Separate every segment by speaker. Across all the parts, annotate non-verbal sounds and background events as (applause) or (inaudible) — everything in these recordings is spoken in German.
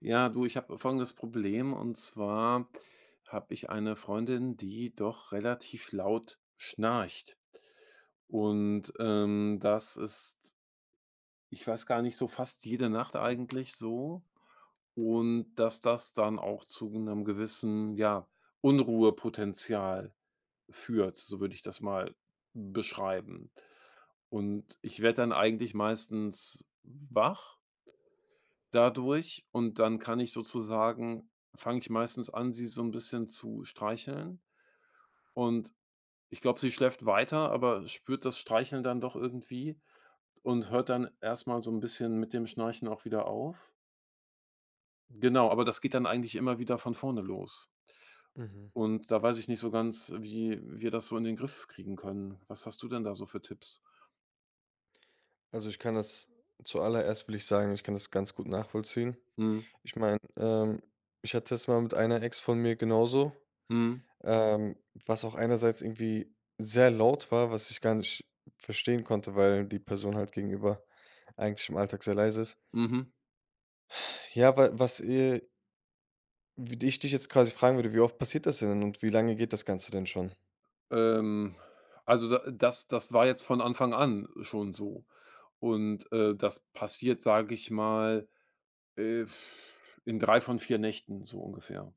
Speaker 1: Ja, du, ich habe folgendes Problem und zwar habe ich eine Freundin, die doch relativ laut schnarcht. Und das ist, ich weiß gar nicht, so fast jede Nacht eigentlich so. Und dass das dann auch zu einem gewissen, ja, Unruhepotenzial führt, so würde ich das mal beschreiben. Und ich werde dann eigentlich meistens wach dadurch und dann kann ich sozusagen fange ich meistens an, sie so ein bisschen zu streicheln und ich glaube, sie schläft weiter, aber spürt das Streicheln dann doch irgendwie und hört dann erstmal so ein bisschen mit dem Schnarchen auch wieder auf. Genau, aber das geht dann eigentlich immer wieder von vorne los.
Speaker 2: Mhm.
Speaker 1: Und da weiß ich nicht so ganz, wie wir das so in den Griff kriegen können. Was hast du denn da so für Tipps?
Speaker 2: Also, ich kann das zuallererst will ich sagen, ich kann das ganz gut nachvollziehen.
Speaker 1: Mhm,
Speaker 2: Ich meine, ich hatte es mal mit einer Ex von mir genauso,
Speaker 1: mhm,
Speaker 2: ähm, was auch einerseits irgendwie sehr laut war, was ich gar nicht verstehen konnte, weil die Person halt gegenüber eigentlich im Alltag sehr leise ist.
Speaker 1: mhm.
Speaker 2: Ja, wa was, w ich dich jetzt quasi fragen würde, wie oft passiert das denn und wie lange geht das Ganze denn schon?
Speaker 1: Ähm, also da das war jetzt von Anfang an schon so. Und, das passiert, sage ich mal, äh, in 3 von 4 Nächten so ungefähr.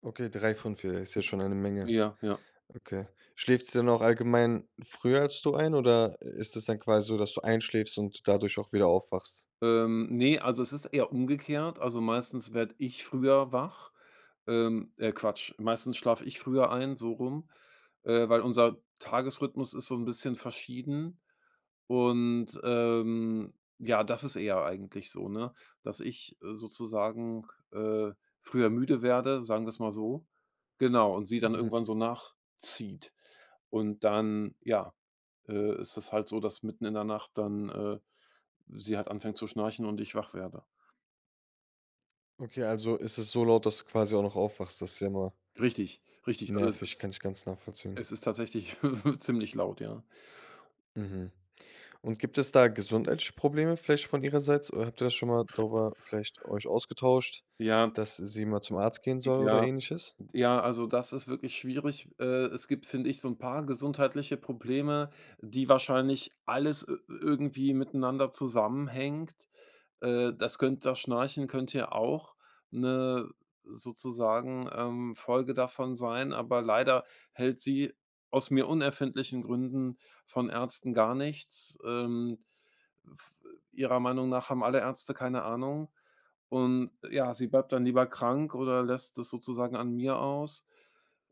Speaker 2: Okay, drei von 4 ist ja schon eine Menge.
Speaker 1: Ja, ja.
Speaker 2: Okay. Schläfst du dann auch allgemein früher als du ein oder ist es dann quasi so, dass du einschläfst und dadurch auch wieder aufwachst?
Speaker 1: Ne, also es ist eher umgekehrt. Also, meistens werde ich früher wach. Quatsch, meistens schlafe ich früher ein, so rum, weil unser Tagesrhythmus ist so ein bisschen verschieden. Und, ja, das ist eher eigentlich so, ne, dass ich, sozusagen, äh, früher müde werde, sagen wir es mal so. Genau, und sie dann
Speaker 2: Mhm.
Speaker 1: irgendwann so nachzieht. Und dann, ja, ist es halt so, dass mitten in der Nacht dann, sie halt anfängt zu schnarchen und ich wach werde.
Speaker 2: Okay, also ist es so laut, dass du quasi auch noch aufwachst. Das ist ja immer
Speaker 1: Richtig, richtig. Also, es
Speaker 2: nervig,
Speaker 1: ist
Speaker 2: kann ich ganz nachvollziehen.
Speaker 1: es ist tatsächlich (laughs) ziemlich laut, ja.
Speaker 2: Mhm. Und gibt es da gesundheitliche Probleme vielleicht von ihrerseits? Oder habt ihr das schon mal darüber vielleicht euch ausgetauscht,
Speaker 1: Ja,
Speaker 2: dass sie mal zum Arzt gehen soll oder
Speaker 1: ja.
Speaker 2: ähnliches?
Speaker 1: Ja, also das ist wirklich schwierig. Es gibt, finde ich, so ein paar gesundheitliche Probleme, die wahrscheinlich alles i irgendwie miteinander zusammenhängt. Das Schnarchen könnte ja auch eine sozusagen, Folge davon sein, aber leider hält sie aus mir unerfindlichen Gründen von Ärzten gar nichts. F ihrer Meinung nach haben alle Ärzte keine Ahnung. Und ja, sie bleibt dann lieber krank oder lässt es sozusagen an mir aus.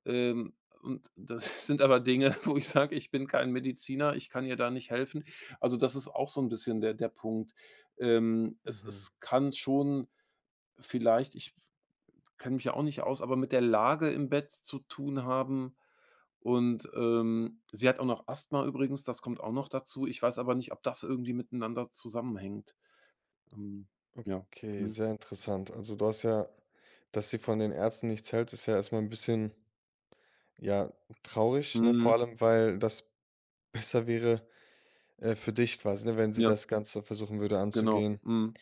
Speaker 1: Ähm, und das (laughs) sind aber Dinge, (laughs) wo ich sage, ich bin kein Mediziner, ich kann ihr da nicht helfen. Also, das ist auch so ein bisschen der Punkt. Es
Speaker 2: Mhm.
Speaker 1: es kann schon vielleicht ich kenne mich ja auch nicht aus, aber mit der Lage im Bett zu tun haben. Und, sie hat auch noch Asthma übrigens, das kommt auch noch dazu. Ich weiß aber nicht, ob das irgendwie miteinander zusammenhängt. Ähm, ja.
Speaker 2: Okay,
Speaker 1: Mhm.
Speaker 2: sehr interessant. Also du hast ja, dass sie von den Ärzten nichts hält, ist ja erstmal ein bisschen. Ja, traurig, ne?
Speaker 1: Mhm.
Speaker 2: Vor allem, weil das besser wäre, für dich quasi, ne, wenn sie
Speaker 1: Ja,
Speaker 2: das Ganze versuchen würde
Speaker 1: genau.
Speaker 2: anzugehen.
Speaker 1: Mhm.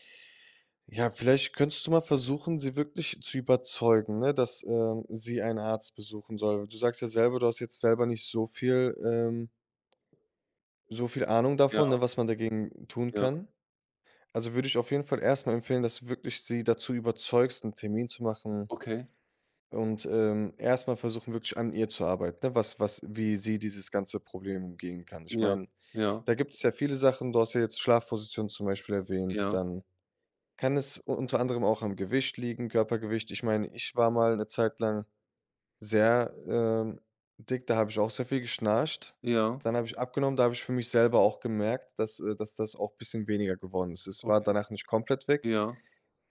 Speaker 2: Ja, vielleicht könntest du mal versuchen, sie wirklich zu überzeugen, ne, dass, sie einen Arzt besuchen soll. Du sagst ja selber, du hast jetzt selber nicht so viel so viel Ahnung
Speaker 1: Ja,
Speaker 2: davon, ne, was man dagegen tun
Speaker 1: ja.
Speaker 2: kann. Also, würde ich auf jeden Fall erst mal empfehlen, dass du wirklich sie dazu überzeugst, einen Termin zu machen.
Speaker 1: Okay.
Speaker 2: Und, erst versuchen, wirklich an ihr zu arbeiten, ne, was was wie sie dieses ganze Problem umgehen kann. Ich
Speaker 1: Ja,
Speaker 2: meine,
Speaker 1: ja,
Speaker 2: da gibt es ja viele Sachen, du hast ja jetzt Schlafposition zum Beispiel erwähnt,
Speaker 1: ja,
Speaker 2: dann kann es u unter anderem auch am Gewicht liegen, Körpergewicht. Ich meine, ich war mal eine Zeit lang sehr, dick, da habe ich auch sehr viel geschnarcht.
Speaker 1: ja.
Speaker 2: Dann habe ich abgenommen, da habe ich für mich selber auch gemerkt, dass das auch ein bisschen weniger geworden ist. Es war
Speaker 1: Okay.
Speaker 2: danach nicht komplett weg,
Speaker 1: Ja,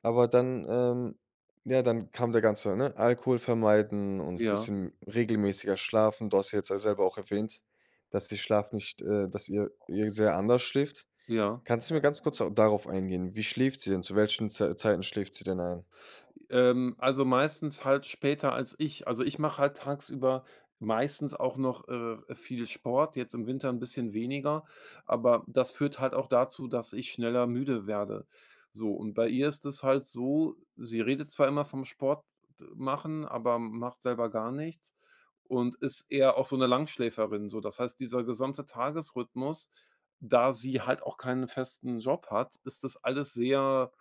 Speaker 2: aber dann, ja, dann kam der ganze, ne, Alkohol vermeiden und
Speaker 1: ja,
Speaker 2: bisschen regelmäßiger schlafen. Du hast ja jetzt ja selber auch erwähnt, dass ihr Schlaf nicht dass ihr sehr anders schläft.
Speaker 1: ja.
Speaker 2: Kannst du mir ganz kurz au darauf eingehen? Wie schläft sie denn? Zu welchen Zeiten schläft sie denn ein?
Speaker 1: Also, meistens halt später als ich. Also, ich mache halt tagsüber meistens auch noch, viel Sport, jetzt im Winter ein bisschen weniger, aber das führt halt auch dazu, dass ich schneller müde werde. So, und bei ihr ist es halt so, sie redet zwar immer vom Sport machen, aber macht selber gar nichts und ist eher auch so eine Langschläferin, so. Das heißt, dieser gesamte Tagesrhythmus, da sie halt auch keinen festen Job hat, ist das alles sehr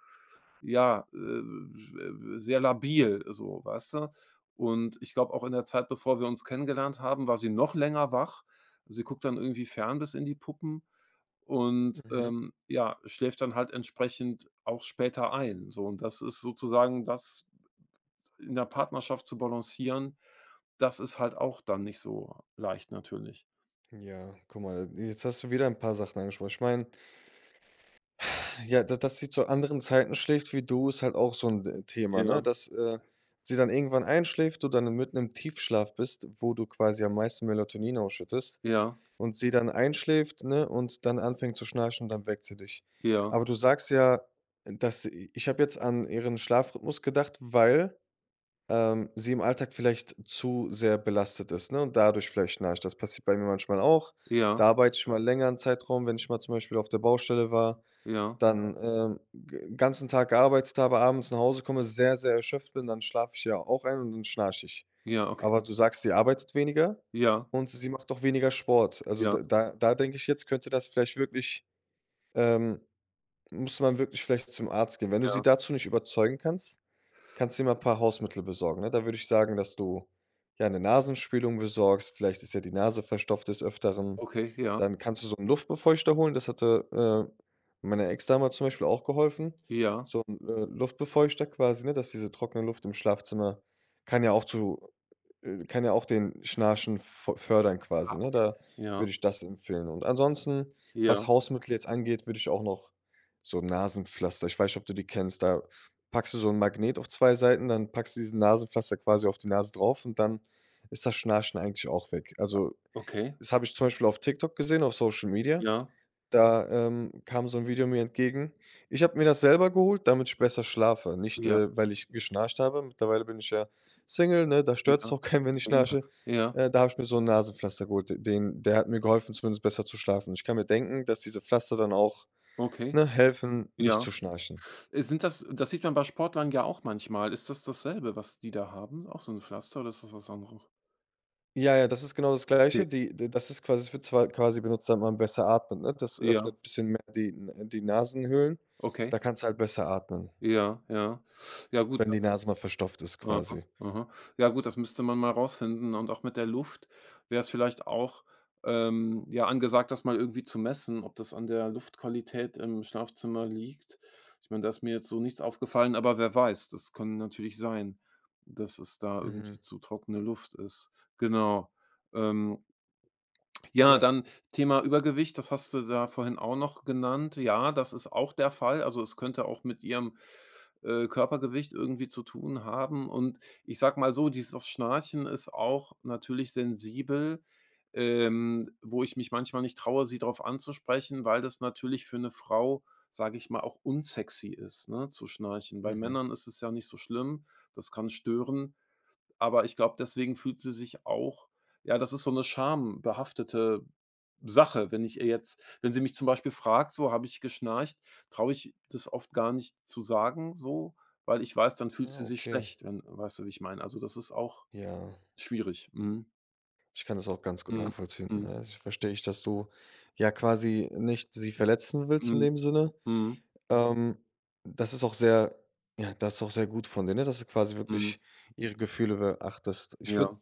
Speaker 1: ja, sehr labil so, weißt du? Und ich glaube auch in der Zeit, bevor wir uns kennengelernt haben, war sie noch länger wach. Sie guckt dann irgendwie fern bis in die Puppen und,
Speaker 2: Mhm.
Speaker 1: ja, schläft dann halt entsprechend auch später ein, so. Und das ist sozusagen das in der Partnerschaft zu balancieren, das ist halt auch dann nicht so leicht natürlich.
Speaker 2: Ja, guck mal, jetzt hast du wieder ein paar Sachen angesprochen. Ich meine, ja, da dass sie zu anderen Zeiten schläft wie du, ist halt auch so ein d Thema,
Speaker 1: Ja,
Speaker 2: ne? Dass, sie dann irgendwann einschläft, du dann mitten im Tiefschlaf bist, wo du quasi am meisten Melatonin ausschüttest,
Speaker 1: ja,
Speaker 2: und sie dann einschläft, ne, und dann anfängt zu schnarchen und dann weckt sie dich.
Speaker 1: ja,
Speaker 2: Aber du sagst ja, dass ich habe jetzt an ihren Schlafrhythmus gedacht, weil, sie im Alltag vielleicht zu sehr belastet ist, ne, und dadurch vielleicht schnarcht. Das passiert bei mir manchmal auch.
Speaker 1: ja,
Speaker 2: Da arbeite ich mal länger 'n Zeitraum, wenn ich mal zum Beispiel auf der Baustelle war,
Speaker 1: ja,
Speaker 2: dann, g ganzen Tag gearbeitet habe, abends nach Hause komme, sehr, sehr erschöpft bin, dann schlafe ich ja auch ein und dann schnarche ich.
Speaker 1: ja, okay,
Speaker 2: Aber du sagst, sie arbeitet weniger
Speaker 1: ja,
Speaker 2: und sie macht auch weniger Sport. Also,
Speaker 1: ja,
Speaker 2: da denke ich jetzt, könnte das vielleicht wirklich ähm, müsste man wirklich vielleicht zum Arzt gehen. Wenn du sie
Speaker 1: ja,
Speaker 2: dazu nicht überzeugen kannst, kannst du dir mal ein paar Hausmittel besorgen, ne? Da würde ich sagen, dass du, ja, eine Nasenspülung besorgst. Vielleicht ist ja die Nase verstopft des Öfteren.
Speaker 1: okay, ja,
Speaker 2: Dann kannst du so einen Luftbefeuchter holen. Das hatte, meiner Ex damals zum Beispiel auch geholfen.
Speaker 1: ja,
Speaker 2: So ein Luftbefeuchter quasi, ne, dass diese trockene Luft im Schlafzimmer kann ja auch zu kann ja auch den Schnarchen fö fördern quasi, ne? Da
Speaker 1: ja.
Speaker 2: würde ich das empfehlen. Und ansonsten,
Speaker 1: Ja,
Speaker 2: was Hausmittel jetzt angeht, würde ich auch noch so Nasenpflaster ich weiß nicht, ob du die kennst, da packst du so 'n Magnet auf 2 Seiten, dann packst du diesen Nasenpflaster quasi auf die Nase drauf und dann ist das Schnarchen eigentlich auch weg. Also,
Speaker 1: okay.
Speaker 2: das habe ich zum Beispiel auf TikTok gesehen, auf Social Media.
Speaker 1: Ja,
Speaker 2: Da, kam so ein Video mir entgegen. Ich habe mir das selber geholt, damit ich besser schlafe, nicht,
Speaker 1: ja,
Speaker 2: weil ich geschnarcht habe. Mittlerweile bin ich ja Single, ne, da stört es
Speaker 1: ja,
Speaker 2: auch (laughs) keinen, wenn ich
Speaker 1: ja,
Speaker 2: schnarche.
Speaker 1: ja,
Speaker 2: Da habe ich mir so ein Nasenpflaster geholt. Den Der hat mir geholfen, zumindest besser zu schlafen. Ich kann mir denken, dass diese Pflaster dann auch,
Speaker 1: okay,
Speaker 2: ne, helfen, nicht
Speaker 1: ja.
Speaker 2: zu schnarchen.
Speaker 1: Sind das das sieht man bei Sportlern ja auch manchmal. Ist das dasselbe, was die da haben? Auch so ein Pflaster oder ist das was anderes?
Speaker 2: Ja, das ist genau das
Speaker 1: Okay,
Speaker 2: Gleiche. Die d Das ist quasi es wird zwar quasi benutzt, damit man besser atmet, ne? Das
Speaker 1: ja,
Speaker 2: öffnet ein bisschen mehr die Nasenhöhlen.
Speaker 1: okay,
Speaker 2: Da kannst du halt besser atmen,
Speaker 1: ja, ja. Ja gut,
Speaker 2: wenn die Nase mal verstopft ist
Speaker 1: aha,
Speaker 2: quasi.
Speaker 1: aha. Ja gut, das müsste man mal rausfinden und auch mit der Luft wäre es vielleicht auch, ja, angesagt, das mal irgendwie zu messen, ob das an der Luftqualität im Schlafzimmer liegt. Ich meine, da ist mir jetzt so nichts aufgefallen, aber wer weiß, das kann natürlich sein, dass es da irgendwie
Speaker 2: Mhm.
Speaker 1: zu trockene Luft ist. Genau. Ähm, ja,
Speaker 2: Ja.
Speaker 1: dann Thema Übergewicht, das hast du da vorhin auch noch genannt. Ja, das ist auch der Fall. Also, es könnte auch mit ihrem, Körpergewicht irgendwie zu tun haben. Und ich sage mal so, dieses Schnarchen ist auch natürlich sensibel, wo ich mich manchmal nicht traue, sie darauf anzusprechen, weil das natürlich für eine Frau, sage ich mal, auch unsexy ist, ne, zu schnarchen. Bei
Speaker 2: Mhm.
Speaker 1: Männern ist es ja nicht so schlimm, das kann stören. Aber ich glaube, deswegen fühlt sie sich auch ja, das ist so eine schambehaftete Sache, wenn ich ihr jetzt wenn sie mich zum Beispiel fragt, so: „Habe ich geschnarcht?“ traue ich das oft gar nicht zu sagen so, weil ich weiß, dann fühlt
Speaker 2: Ah,
Speaker 1: sie sich
Speaker 2: okay.
Speaker 1: schlecht, wenn weißt du, wie ich meine? Also, das ist auch
Speaker 2: Ja,
Speaker 1: schwierig. Mhm.
Speaker 2: ich kann das auch ganz gut
Speaker 1: Mhm.
Speaker 2: nachvollziehen.
Speaker 1: Mhm.
Speaker 2: Ne? Also, ich verstehe, dass du ja quasi nicht sie verletzen willst in
Speaker 1: Mhm.
Speaker 2: dem Sinne.
Speaker 1: Mhm.
Speaker 2: Ähm, Das ist auch sehr, ja, das ist auch sehr gut von dir, ne? Dass du quasi
Speaker 1: Mhm.
Speaker 2: wirklich ihre Gefühle beachtest. Ich würde
Speaker 1: Ja.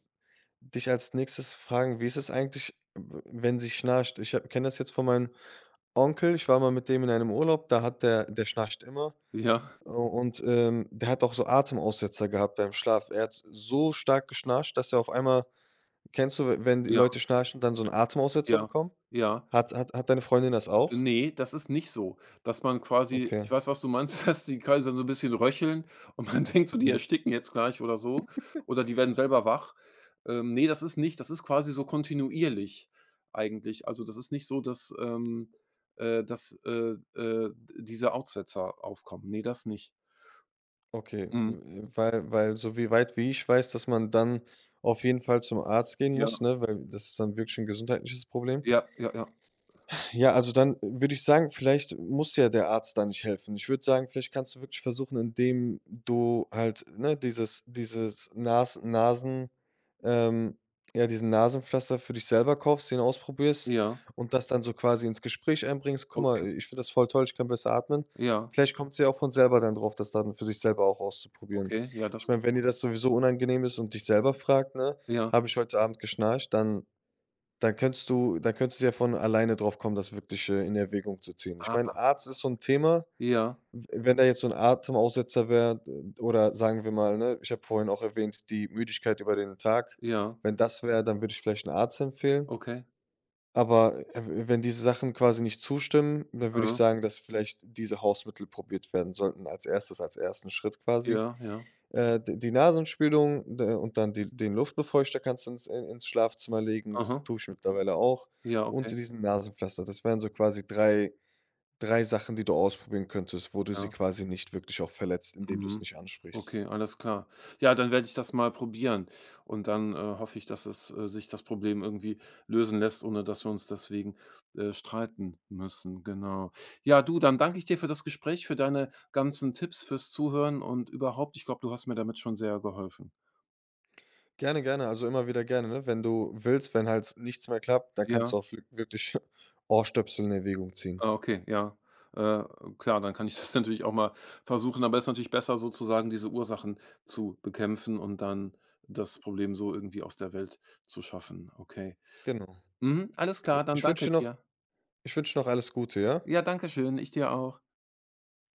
Speaker 2: dich als nächstes fragen, wie ist es eigentlich, wenn sie schnarcht? Ich kenne das jetzt von meinem Onkel. Ich war mal mit dem in einem Urlaub, da hat der schnarcht immer.
Speaker 1: Ja.
Speaker 2: Und der hat auch so Atemaussetzer gehabt beim Schlaf. Er hat so stark geschnarcht, dass er auf einmal kennst du, we wenn die
Speaker 1: Ja.
Speaker 2: Leute schnarchen, dann so einen Atemaussetzer
Speaker 1: Ja.
Speaker 2: bekommen?
Speaker 1: Ja.
Speaker 2: Hat deine Freundin das auch?
Speaker 1: Ne, das ist nicht so, dass man quasi
Speaker 2: Okay,
Speaker 1: ich weiß, was du meinst, (laughs) dass die quasi so 'n bisschen röcheln und man (laughs) denkt so, die
Speaker 2: mhm,
Speaker 1: ersticken jetzt gleich oder so oder die werden selber wach. Ne, das ist nicht, das ist quasi so kontinuierlich eigentlich. Also, das ist nicht so, dass, dass, d diese Aussetzer aufkommen. Ne, das nicht.
Speaker 2: okay,
Speaker 1: Mhm.
Speaker 2: w weil so wie weit wie ich weiß, dass man dann auf jeden Fall zum Arzt gehen
Speaker 1: Ja,
Speaker 2: muss, ne, weil das ist dann wirklich ein gesundheitliches Problem.
Speaker 1: ja, ja, ja,
Speaker 2: Ja, also dann würde ich sagen, vielleicht muss ja der Arzt da nicht helfen. Ich würde sagen, vielleicht kannst du wirklich versuchen, indem du halt, ne, dieses dieses Nas Nasen ähm, ja, diesen Nasenpflaster für dich selber kaufst, den ausprobierst
Speaker 1: ja,
Speaker 2: und das dann so quasi ins Gespräch einbringst: „Guck
Speaker 1: okay,
Speaker 2: mal, ich finde das voll toll, ich kann besser atmen.“
Speaker 1: ja,
Speaker 2: Vielleicht kommt sie ja auch von selber dann drauf, das dann für sich selber auch auszuprobieren.
Speaker 1: okay, ja,
Speaker 2: Ich
Speaker 1: das
Speaker 2: meine, wenn dir das sowieso unangenehm ist und dich selber fragt, ne:
Speaker 1: ja,
Speaker 2: „Habe ich heute Abend geschnarcht?“ Dann dann könntest du ja von alleine drauf kommen, das wirklich, in Erwägung zu ziehen. Ich meine,
Speaker 1: ah,
Speaker 2: Arzt ist so ein Thema.
Speaker 1: ja,
Speaker 2: W Wenn da jetzt so ein Atemaussetzer wäre d oder sagen wir mal, ne, ich habe vorhin auch erwähnt, die Müdigkeit über den Tag.
Speaker 1: ja,
Speaker 2: Wenn das wäre, dann würde ich vielleicht einen Arzt empfehlen.
Speaker 1: okay,
Speaker 2: Aber, wenn diese Sachen quasi nicht zustimmen, dann würde ich
Speaker 1: mhm,
Speaker 2: sagen, dass vielleicht diese Hausmittel probiert werden sollten als erstes als ersten Schritt quasi.
Speaker 1: ja, ja,
Speaker 2: D Die Nasenspülung d und dann die den Luftbefeuchter kannst du ins Schlafzimmer legen, das
Speaker 1: aha,
Speaker 2: tue ich mittlerweile auch
Speaker 1: ja,
Speaker 2: und
Speaker 1: okay,
Speaker 2: diesen Nasenpflaster. Das wären so quasi drei Sachen, die du ausprobieren könntest, wo du sie
Speaker 1: ja.
Speaker 2: quasi nicht wirklich auch verletzt, indem du es
Speaker 1: Mhm.
Speaker 2: nicht ansprichst.
Speaker 1: Okay, alles klar. Ja, dann werde ich das mal probieren und dann, hoffe ich, dass es, sich das Problem irgendwie lösen lässt, ohne dass wir uns deswegen, streiten müssen, genau. Ja, du, dann danke ich dir für das Gespräch, für deine ganzen Tipps, fürs Zuhören und überhaupt. Ich glaube, du hast mir damit schon sehr geholfen.
Speaker 2: Gerne, gerne, also immer wieder gerne, ne? Wenn du willst, wenn halt nichts mehr klappt, dann kannst du
Speaker 1: Ja,
Speaker 2: auch wirklich (laughs) Ohrstöpsel in Erwägung ziehen.
Speaker 1: ah, okay, ja. Äh, klar, dann kann ich das (laughs) natürlich auch mal versuchen, aber es ist natürlich besser, sozusagen diese Ursachen zu bekämpfen und dann das Problem so irgendwie aus der Welt zu schaffen. Okay.
Speaker 2: Genau.
Speaker 1: Mhm, alles
Speaker 2: Ja,
Speaker 1: klar, dann danke dir.
Speaker 2: ich wünsche dir noch alles Gute, ja?
Speaker 1: Ja, danke schön, ich dir auch.